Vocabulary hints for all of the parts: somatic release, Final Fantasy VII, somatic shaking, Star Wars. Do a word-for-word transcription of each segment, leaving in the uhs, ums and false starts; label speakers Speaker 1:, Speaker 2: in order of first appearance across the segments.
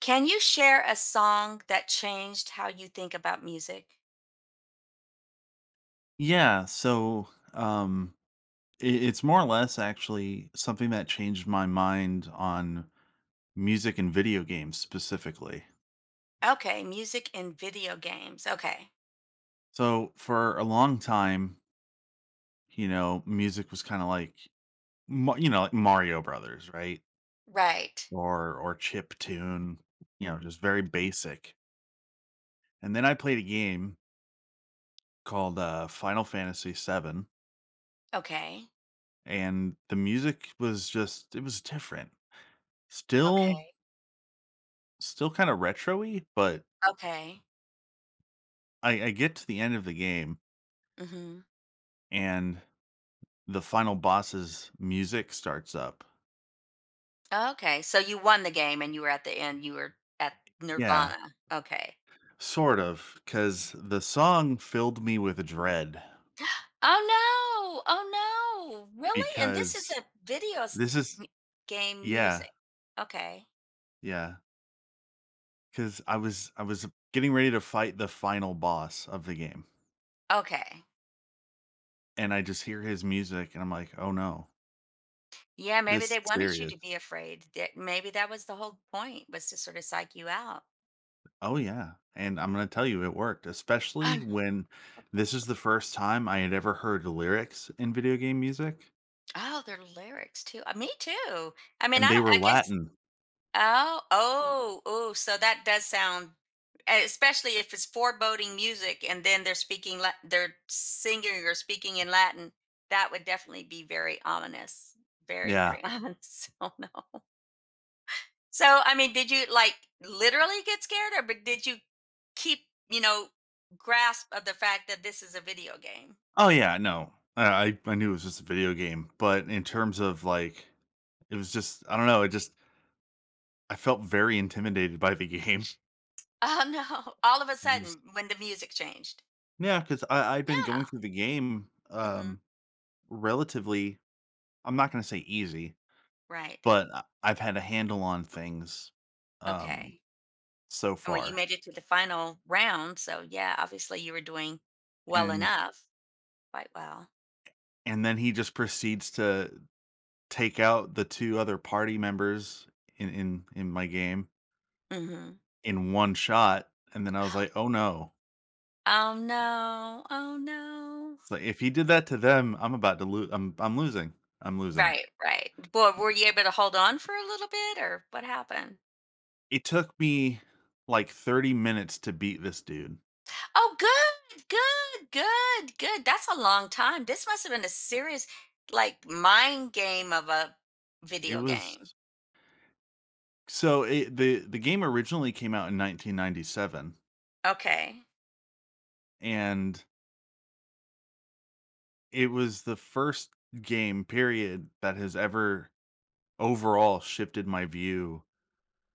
Speaker 1: Can you share a song that changed how you think about music?
Speaker 2: Yeah, so um it, it's more or less actually something that changed my mind on music and video games specifically.
Speaker 1: Okay, music in video games. Okay.
Speaker 2: So for a long time, you know, music was kind of like Ma- you know, like Mario Brothers, right?
Speaker 1: Right.
Speaker 2: Or or chip tune, you know, just very basic. And then I played a game called uh Final Fantasy seven,
Speaker 1: Okay.
Speaker 2: and the music was just, it was different. Still
Speaker 1: Okay.
Speaker 2: still kind of retro-y, but
Speaker 1: Okay.
Speaker 2: I, I get to the end of the game,
Speaker 1: Mhm.
Speaker 2: and the final boss's music starts up.
Speaker 1: Okay. So you won the game and you were at the end, you were at
Speaker 2: Yeah,
Speaker 1: Nirvana. Okay.
Speaker 2: sort of, because the song filled me with dread
Speaker 1: Oh no. Oh no. Really? And this is
Speaker 2: because
Speaker 1: a video s-
Speaker 2: this is,
Speaker 1: m- game
Speaker 2: yeah,
Speaker 1: music. Okay.
Speaker 2: yeah. Cause I was I was getting ready to fight the final boss of the game.
Speaker 1: Okay.
Speaker 2: And I just hear his music, and I'm like, oh no,
Speaker 1: Yeah,
Speaker 2: this
Speaker 1: maybe
Speaker 2: is
Speaker 1: they wanted you
Speaker 2: serious.
Speaker 1: to be afraid. That maybe that was the whole point was to sort of psych you out.
Speaker 2: Oh yeah. And I'm gonna tell you it worked, especially when this is the first time I had ever heard lyrics in video game music.
Speaker 1: Oh, their lyrics too. Uh, me too. I mean,
Speaker 2: And
Speaker 1: I
Speaker 2: they
Speaker 1: don't
Speaker 2: were
Speaker 1: I guess
Speaker 2: Latin.
Speaker 1: oh, oh, oh, so that does sound e especially if it's foreboding music and then they're speaking Lat they're singing or speaking in Latin, that would definitely be very ominous. Very,
Speaker 2: Yeah.
Speaker 1: very ominous. Oh, no. So, I mean, did you, like, literally get scared or but did you keep, you know, grasp of the fact that this is a video game?
Speaker 2: Oh, yeah, no. I I I knew it was just a video game, but in terms of, like, it was just, I don't know, it just, I felt very intimidated by the game.
Speaker 1: Oh, no. All of a
Speaker 2: I'm just,
Speaker 1: sudden when the music changed.
Speaker 2: yeah, 'cause I I'd been
Speaker 1: Yeah.
Speaker 2: going through the game,
Speaker 1: Mhm.
Speaker 2: um, relatively, I'm not gonna say easy,
Speaker 1: Right.
Speaker 2: but I I've had a handle on things, um,
Speaker 1: Okay.
Speaker 2: so
Speaker 1: And well, you
Speaker 2: far,
Speaker 1: made it to the final round, so yeah, obviously you were doing well
Speaker 2: and
Speaker 1: enough, quite well.
Speaker 2: and then he just proceeds to take out the two other party members in in in my game.
Speaker 1: Mhm.
Speaker 2: In one shot, and then I was like, "Oh, no."
Speaker 1: Oh no, oh no.
Speaker 2: It's like, if he did that to them, I'm about to lose. I'm I'm losing. I'm losing.
Speaker 1: Right, right. But were you able to hold on for a little bit or what happened?
Speaker 2: It took me, like, thirty minutes to beat this dude.
Speaker 1: Oh, good, good, good, good. That's a long time. This must have been a serious, like, mind game of a
Speaker 2: It
Speaker 1: video
Speaker 2: was
Speaker 1: game.
Speaker 2: so it the the game originally came out in nineteen ninety-seven,
Speaker 1: Okay.
Speaker 2: and it was the first game, period, that has ever overall shifted my view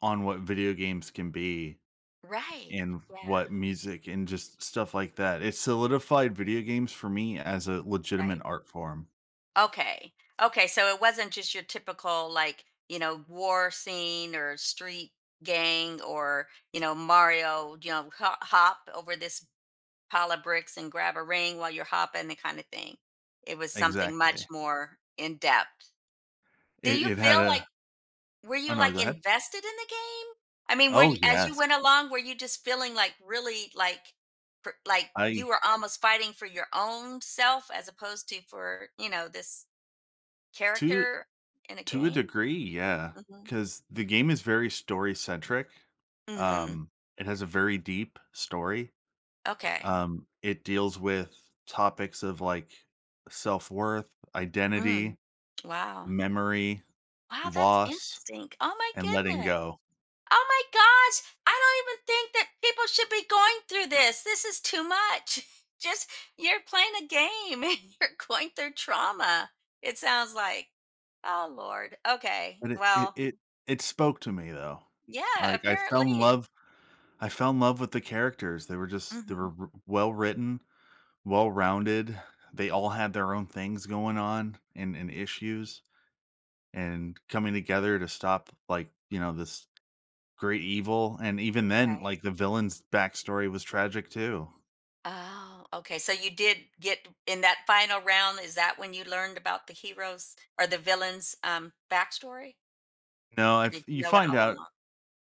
Speaker 2: on what video games can be.
Speaker 1: Right.
Speaker 2: And
Speaker 1: Yeah.
Speaker 2: what music and just stuff like that. It solidified video games for me as a legitimate
Speaker 1: Right.
Speaker 2: art form.
Speaker 1: Okay. Okay. So it wasn't just your typical, like, you know, war scene or street gang or, you know, Mario, you know, ho- hop over this pile of bricks and grab a ring while you're hopping, the kind of thing. It was something much
Speaker 2: Exactly.
Speaker 1: more in depth. Do
Speaker 2: It
Speaker 1: you
Speaker 2: it had
Speaker 1: feel
Speaker 2: a—
Speaker 1: like, were
Speaker 2: Oh,
Speaker 1: you
Speaker 2: no, go
Speaker 1: like
Speaker 2: ahead.
Speaker 1: invested in the game? I mean, were
Speaker 2: Oh,
Speaker 1: you, as you
Speaker 2: yes.
Speaker 1: went along, were you just feeling like really like, for, like
Speaker 2: I
Speaker 1: you were almost fighting for your own self as opposed to for, you know, this
Speaker 2: to
Speaker 1: character in a
Speaker 2: to a
Speaker 1: game?
Speaker 2: degree, yeah,
Speaker 1: Mhm.
Speaker 2: because the game is very story-centric.
Speaker 1: Mhm.
Speaker 2: Um, it has a very deep story.
Speaker 1: Okay.
Speaker 2: Um, it deals with topics of, like, self-worth, identity,
Speaker 1: Mm. Wow.
Speaker 2: memory,
Speaker 1: Wow, that's
Speaker 2: loss,
Speaker 1: interesting. Oh my
Speaker 2: and letting
Speaker 1: goodness.
Speaker 2: go.
Speaker 1: Oh my gosh. I don't even think that people should be going through this. This is too much. Just you're playing a game and you're going through trauma. It sounds like. Oh Lord. Okay.
Speaker 2: But it it
Speaker 1: Well,
Speaker 2: it it spoke to me though.
Speaker 1: yeah,
Speaker 2: Like, I fell in
Speaker 1: apparently.
Speaker 2: love, I fell in love with the characters. They were just, they
Speaker 1: Mhm.
Speaker 2: were w well-written, well-rounded. They all had their own things going on, and and issues, and coming together to stop, like, you know, this great evil, and even then,
Speaker 1: Right.
Speaker 2: like, the villain's backstory was tragic too.
Speaker 1: Oh, okay. So you did get in that final round. Is that when you learned about the heroes or the villains' um, backstory,
Speaker 2: No,
Speaker 1: or
Speaker 2: if
Speaker 1: did you
Speaker 2: you
Speaker 1: know it
Speaker 2: find
Speaker 1: all
Speaker 2: out,
Speaker 1: along?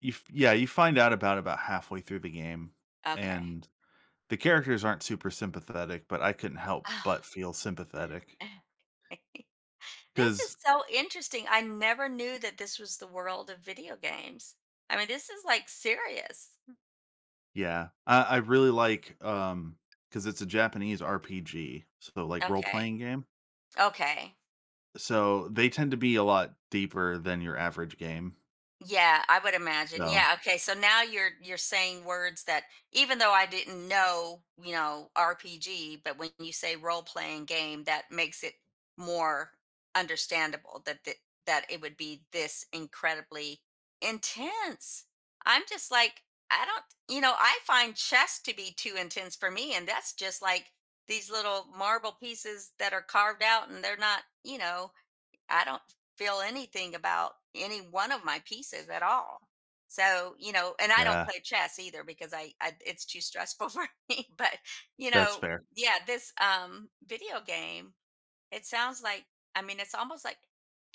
Speaker 2: you f yeah, you find out about about halfway through the game,
Speaker 1: Okay.
Speaker 2: and the characters aren't super sympathetic, but I couldn't help
Speaker 1: Oh,
Speaker 2: but feel sympathetic.
Speaker 1: this
Speaker 2: Cause
Speaker 1: is so interesting. I never knew that this was the world of video games. I mean, this is like serious.
Speaker 2: yeah, I I really like, um, cause it's a Japanese R P G, so, like,
Speaker 1: Okay.
Speaker 2: role-playing game.
Speaker 1: Okay.
Speaker 2: So, they tend to be a lot deeper than your average game.
Speaker 1: Yeah, I would imagine.
Speaker 2: So,
Speaker 1: Yeah, okay. So now you're you're saying words that even though I didn't know, you know, R P G, but when you say role playing game, that makes it more understandable that that that it would be this incredibly intense. I'm just like I don't, you know, I find chess to be too intense for me and that's just like these little marble pieces that are carved out and they're not, you know, I don't feel anything about any one of my pieces at all. So, you know, and I don't
Speaker 2: yeah,
Speaker 1: play chess either because I, I it's too stressful for me. But, you
Speaker 2: that's
Speaker 1: know,
Speaker 2: fair.
Speaker 1: yeah, this um video game, it sounds like I mean, it's almost like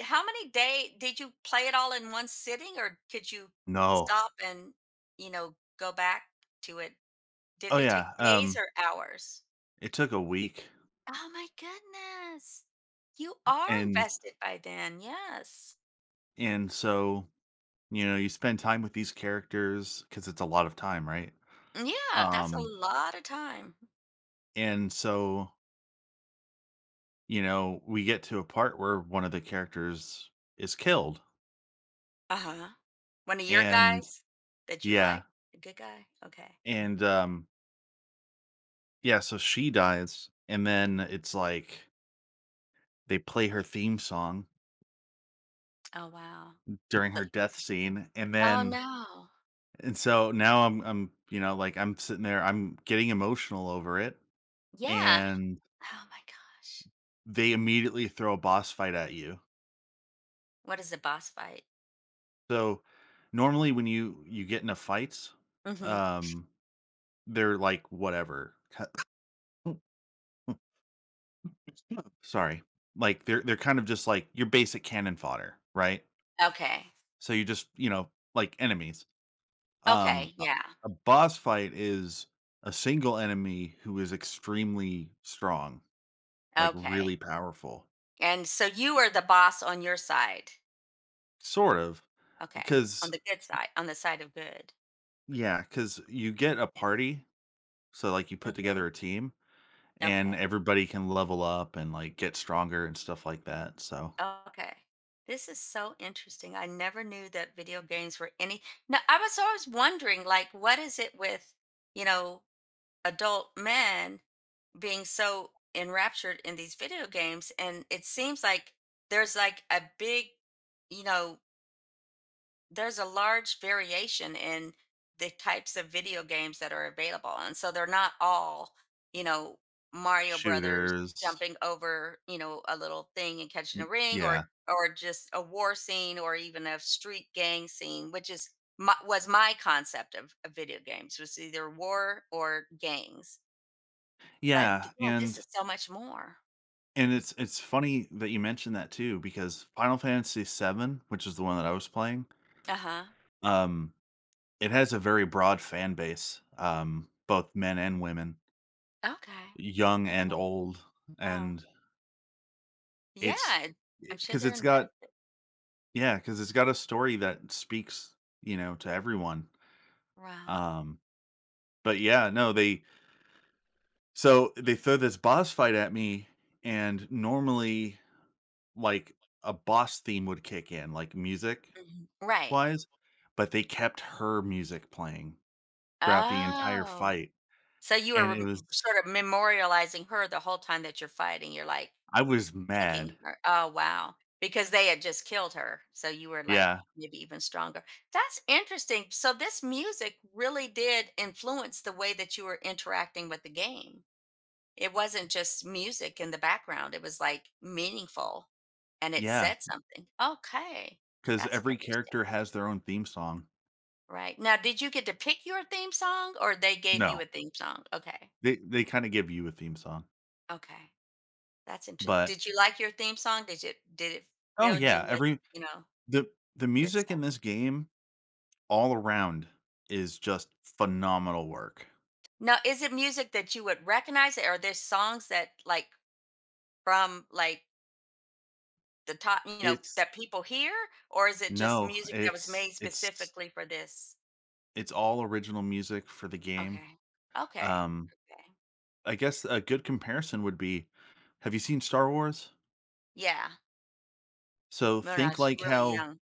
Speaker 1: how many day did you play it all in one sitting or could you
Speaker 2: No.
Speaker 1: stop and, you know, go back to it? Did
Speaker 2: Oh,
Speaker 1: it
Speaker 2: yeah,
Speaker 1: take days
Speaker 2: um,
Speaker 1: or hours?
Speaker 2: it took a week,
Speaker 1: Oh my goodness. You are
Speaker 2: and
Speaker 1: invested by then. Yes.
Speaker 2: and so, you know, you spend time with these characters, cause it's a lot of time, right?
Speaker 1: Yeah, that's a
Speaker 2: Um,
Speaker 1: lot of time.
Speaker 2: and so, you know, we get to a part where one of the characters is killed.
Speaker 1: Uh-huh. One of your
Speaker 2: And
Speaker 1: guys that you
Speaker 2: yeah,
Speaker 1: like? A good guy? Okay.
Speaker 2: and um yeah, so she dies, and
Speaker 1: Mm.
Speaker 2: then it's like they play her theme song
Speaker 1: Oh, wow.
Speaker 2: during
Speaker 1: But
Speaker 2: her death scene. And
Speaker 1: Oh,
Speaker 2: then,
Speaker 1: no.
Speaker 2: and so now I'm I'm you know, like, I'm sitting there, I'm getting emotional over it,
Speaker 1: Yeah.
Speaker 2: and
Speaker 1: Oh my gosh.
Speaker 2: they immediately throw a boss fight at you.
Speaker 1: What is a boss fight?
Speaker 2: So normally when you you get into fights,
Speaker 1: Mhm.
Speaker 2: um they're like whatever— Sorry. Like, they're they're kind of just, like, your basic cannon fodder, right?
Speaker 1: Okay.
Speaker 2: So you just, you know, like, enemies. Um,
Speaker 1: Okay,
Speaker 2: a
Speaker 1: yeah.
Speaker 2: a boss fight is a single enemy who is extremely strong, like, really
Speaker 1: Okay.
Speaker 2: powerful.
Speaker 1: And so you are the boss on your side.
Speaker 2: Sort of,
Speaker 1: Okay.
Speaker 2: because
Speaker 1: On the good side, on the side of good.
Speaker 2: yeah, because you get a party, so, like, you put together
Speaker 1: Mhm.
Speaker 2: a team, and
Speaker 1: Okay.
Speaker 2: everybody can level up and, like, get stronger and stuff like that, so—
Speaker 1: Okay. This is so interesting. I never knew that video games were any. Now, I was always wondering, like, what is it with, you know, adult men being so enraptured in these video games? And it seems like there's like a big, you know, there's a large variation in the types of video games that are available and so they're not all, you know, Mario Brothers
Speaker 2: shooters.
Speaker 1: jumping over, you know, a little thing and catching a
Speaker 2: Y
Speaker 1: ring
Speaker 2: yeah.
Speaker 1: or or just a war scene or even a street gang scene which is my, was my concept of, of video games was either war or gangs but
Speaker 2: Yeah,
Speaker 1: yeah this
Speaker 2: and
Speaker 1: is so much more.
Speaker 2: And it's it's funny that you mentioned that too, because Final Fantasy seven, which is the one that I was playing,
Speaker 1: Uh-huh.
Speaker 2: um, it has a very broad fan base, um, both men and women,
Speaker 1: Okay.
Speaker 2: young and
Speaker 1: Okay.
Speaker 2: old,
Speaker 1: Wow.
Speaker 2: and it's
Speaker 1: Yeah. I'm sure
Speaker 2: because
Speaker 1: they're
Speaker 2: it's
Speaker 1: in.
Speaker 2: got yeah, because it's got a story that speaks, you know, to everyone.
Speaker 1: Wow.
Speaker 2: Um, but yeah, no, they so they throw this boss fight at me, and normally like a boss theme would kick in, like, music,
Speaker 1: Mhm. Right.
Speaker 2: wise, but they kept her music playing throughout the entire
Speaker 1: Oh,
Speaker 2: fight,
Speaker 1: so you
Speaker 2: and
Speaker 1: were
Speaker 2: it was
Speaker 1: rem sort of memorializing her the whole time that you're fighting, you're, like,
Speaker 2: I was mad.
Speaker 1: thinking her oh, wow, because they had just killed her, so you were, like,
Speaker 2: Yeah,
Speaker 1: maybe even stronger. That's interesting, so this music really did influence the way that you were interacting with the game. It wasn't just music in the background, it was, like, meaningful, and it
Speaker 2: yeah,
Speaker 1: said something. Okay,
Speaker 2: because
Speaker 1: that's
Speaker 2: every
Speaker 1: interesting,
Speaker 2: character has their own theme song.
Speaker 1: right. Now did you get to pick your theme song, or they gave you a
Speaker 2: No,
Speaker 1: theme song? Okay.
Speaker 2: they they kinda give you a theme song,
Speaker 1: Okay, that's interesting.
Speaker 2: but—
Speaker 1: Did you like your theme song? Did it did it
Speaker 2: Oh,
Speaker 1: fill you
Speaker 2: yeah,
Speaker 1: with,
Speaker 2: every
Speaker 1: you know,
Speaker 2: the the
Speaker 1: good
Speaker 2: music
Speaker 1: stuff?
Speaker 2: in this game all around is just phenomenal work.
Speaker 1: Now, is it music that you would recognize? Are there songs that like from like the top, you know,
Speaker 2: It's
Speaker 1: that people hear, or is it just
Speaker 2: No,
Speaker 1: music that was
Speaker 2: it's
Speaker 1: made
Speaker 2: it's
Speaker 1: specifically for this?
Speaker 2: it's all original music for the game,
Speaker 1: Okay, okay,
Speaker 2: um
Speaker 1: okay.
Speaker 2: I guess a good comparison would be, have you seen Star Wars?
Speaker 1: Yeah,
Speaker 2: So
Speaker 1: when
Speaker 2: think like
Speaker 1: really
Speaker 2: how,
Speaker 1: young,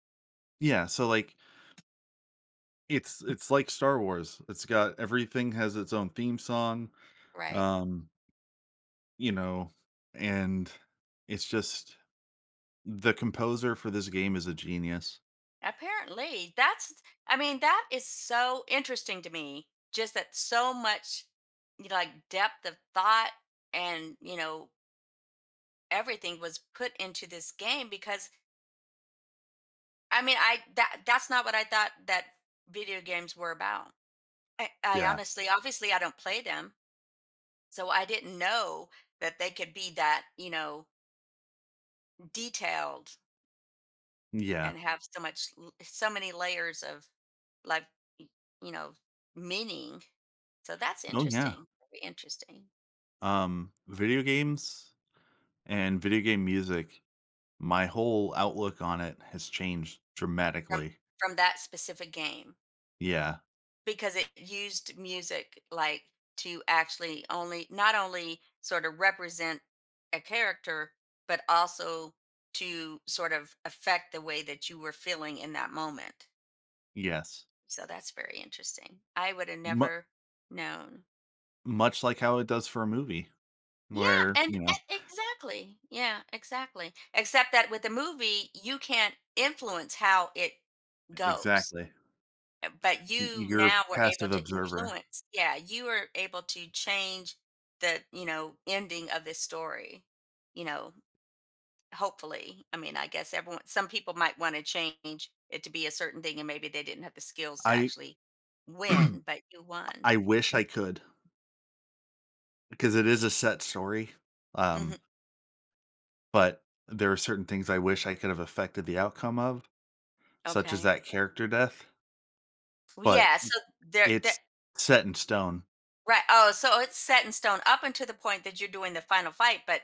Speaker 2: yeah, so like it's it's like Star Wars. It's got Everything has its own theme song,
Speaker 1: right?
Speaker 2: um, you know, and it's just, the composer for this game is a genius.
Speaker 1: Apparently, that's I mean, that is so interesting to me. Just that so much you know, like depth of thought and, you know, everything was put into this game because I mean, I that that's not what I thought that video games were about. I, I
Speaker 2: Yeah.
Speaker 1: honestly, obviously I don't play them, so I didn't know that they could be that, you know, detailed
Speaker 2: Yeah.
Speaker 1: and have so much l- so many layers of like y- you know, meaning. So that's
Speaker 2: Oh yeah.
Speaker 1: interesting, very interesting
Speaker 2: Um, video games and video game music, my whole outlook on it has changed
Speaker 1: from
Speaker 2: dramatically.
Speaker 1: from that specific game
Speaker 2: Yeah.
Speaker 1: because it used music, like, to actually only not only sort of represent a character, but also to sort of affect the way that you were feeling in that moment.
Speaker 2: Yes.
Speaker 1: So that's very interesting. I would have
Speaker 2: Mu-
Speaker 1: never known.
Speaker 2: Much like how it does for a movie
Speaker 1: Yeah,
Speaker 2: where,
Speaker 1: and
Speaker 2: you
Speaker 1: that
Speaker 2: know,
Speaker 1: exactly. Yeah, exactly. Except that with the movie, you can't influence how it goes.
Speaker 2: exactly.
Speaker 1: Uh, But
Speaker 2: Y
Speaker 1: you
Speaker 2: you're a
Speaker 1: now were able
Speaker 2: passive
Speaker 1: to
Speaker 2: observer.
Speaker 1: influence. Yeah, you were able to change the, you know, ending of this story, you know, hopefully. I mean, I guess everyone, some people might want to change it to be a certain thing and maybe they didn't have the skills to
Speaker 2: I
Speaker 1: actually win, but you won.
Speaker 2: I wish I could, because it is a set story,
Speaker 1: Hmm.
Speaker 2: um, but there are certain things I wish I could have affected the outcome of, such as
Speaker 1: Okay.
Speaker 2: that character death,
Speaker 1: Well,
Speaker 2: but
Speaker 1: yeah. So there, there,
Speaker 2: it's set in stone.
Speaker 1: right. Oh, so it's set in stone up until the point that you're doing the final fight, but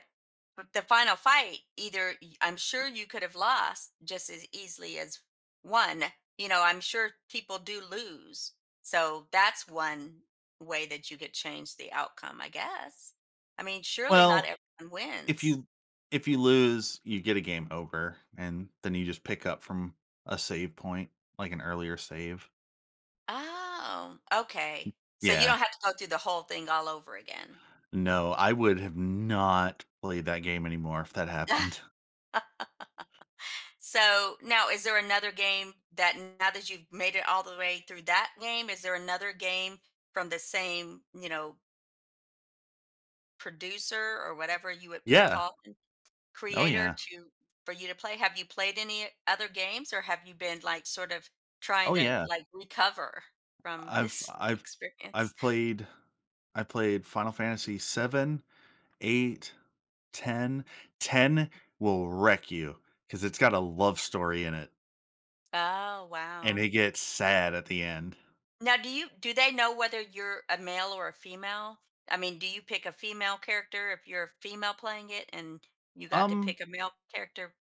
Speaker 1: but the final fight, either y- I'm sure you could have lost just as easily as won. You know, I'm sure people do lose. So that's one way that you could change the outcome, I guess. I mean, surely not
Speaker 2: Well,
Speaker 1: everyone
Speaker 2: if
Speaker 1: wins.
Speaker 2: you if you lose, you get a game over, and then you just pick up from a save point, like an earlier save.
Speaker 1: Oh, okay. So you
Speaker 2: Yeah.
Speaker 1: don't have to go through the whole thing all over again.
Speaker 2: No, I would have not played that game anymore if that happened.
Speaker 1: So now, is there another game that now that you've made it all the way through that game, is there another game from the same, you know, producer or whatever you would
Speaker 2: Yeah.
Speaker 1: call them,
Speaker 2: Oh,
Speaker 1: creator
Speaker 2: yeah.
Speaker 1: to for you to play? Have you played any other games, or have you been like sort of trying
Speaker 2: Oh,
Speaker 1: to
Speaker 2: yeah.
Speaker 1: like recover from
Speaker 2: I've
Speaker 1: this
Speaker 2: I've
Speaker 1: experience?
Speaker 2: I've played I played Final Fantasy seven, eight, ten. Ten will wreck you because 'cause it's got a love story in it,
Speaker 1: Oh
Speaker 2: and
Speaker 1: wow.
Speaker 2: it gets sad at the end.
Speaker 1: Now, do you do they know whether you're a male or a female? I mean, do you pick a female character if you're a female playing it, and you got to
Speaker 2: Um,
Speaker 1: pick a male character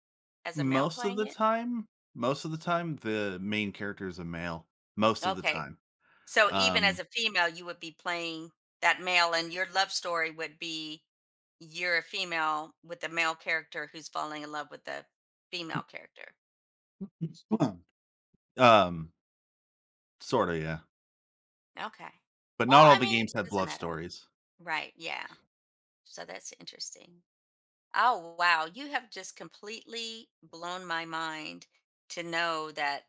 Speaker 1: as a male
Speaker 2: most of
Speaker 1: playing
Speaker 2: the
Speaker 1: it?
Speaker 2: time most of the time, the main character is a male. Most of the
Speaker 1: Okay,
Speaker 2: time.
Speaker 1: so even as
Speaker 2: Um
Speaker 1: a female, you would be playing that male, and your love story would be you're a female with a male character who's falling in love with a female character.
Speaker 2: Um, sorta, yeah.
Speaker 1: Okay.
Speaker 2: But
Speaker 1: Well,
Speaker 2: not all
Speaker 1: I
Speaker 2: the
Speaker 1: mean, it
Speaker 2: games have
Speaker 1: doesn't
Speaker 2: love
Speaker 1: matter.
Speaker 2: stories.
Speaker 1: Right. Yeah. So that's interesting. Oh, wow. You have just completely blown my mind to know that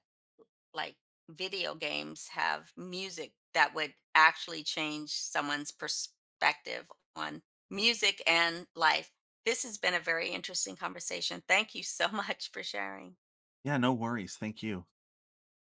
Speaker 1: like video games have music that would actually change someone's perspective on music and life. This has been a very interesting conversation. Thank you so much for sharing.
Speaker 2: Yeah, no worries, thank you.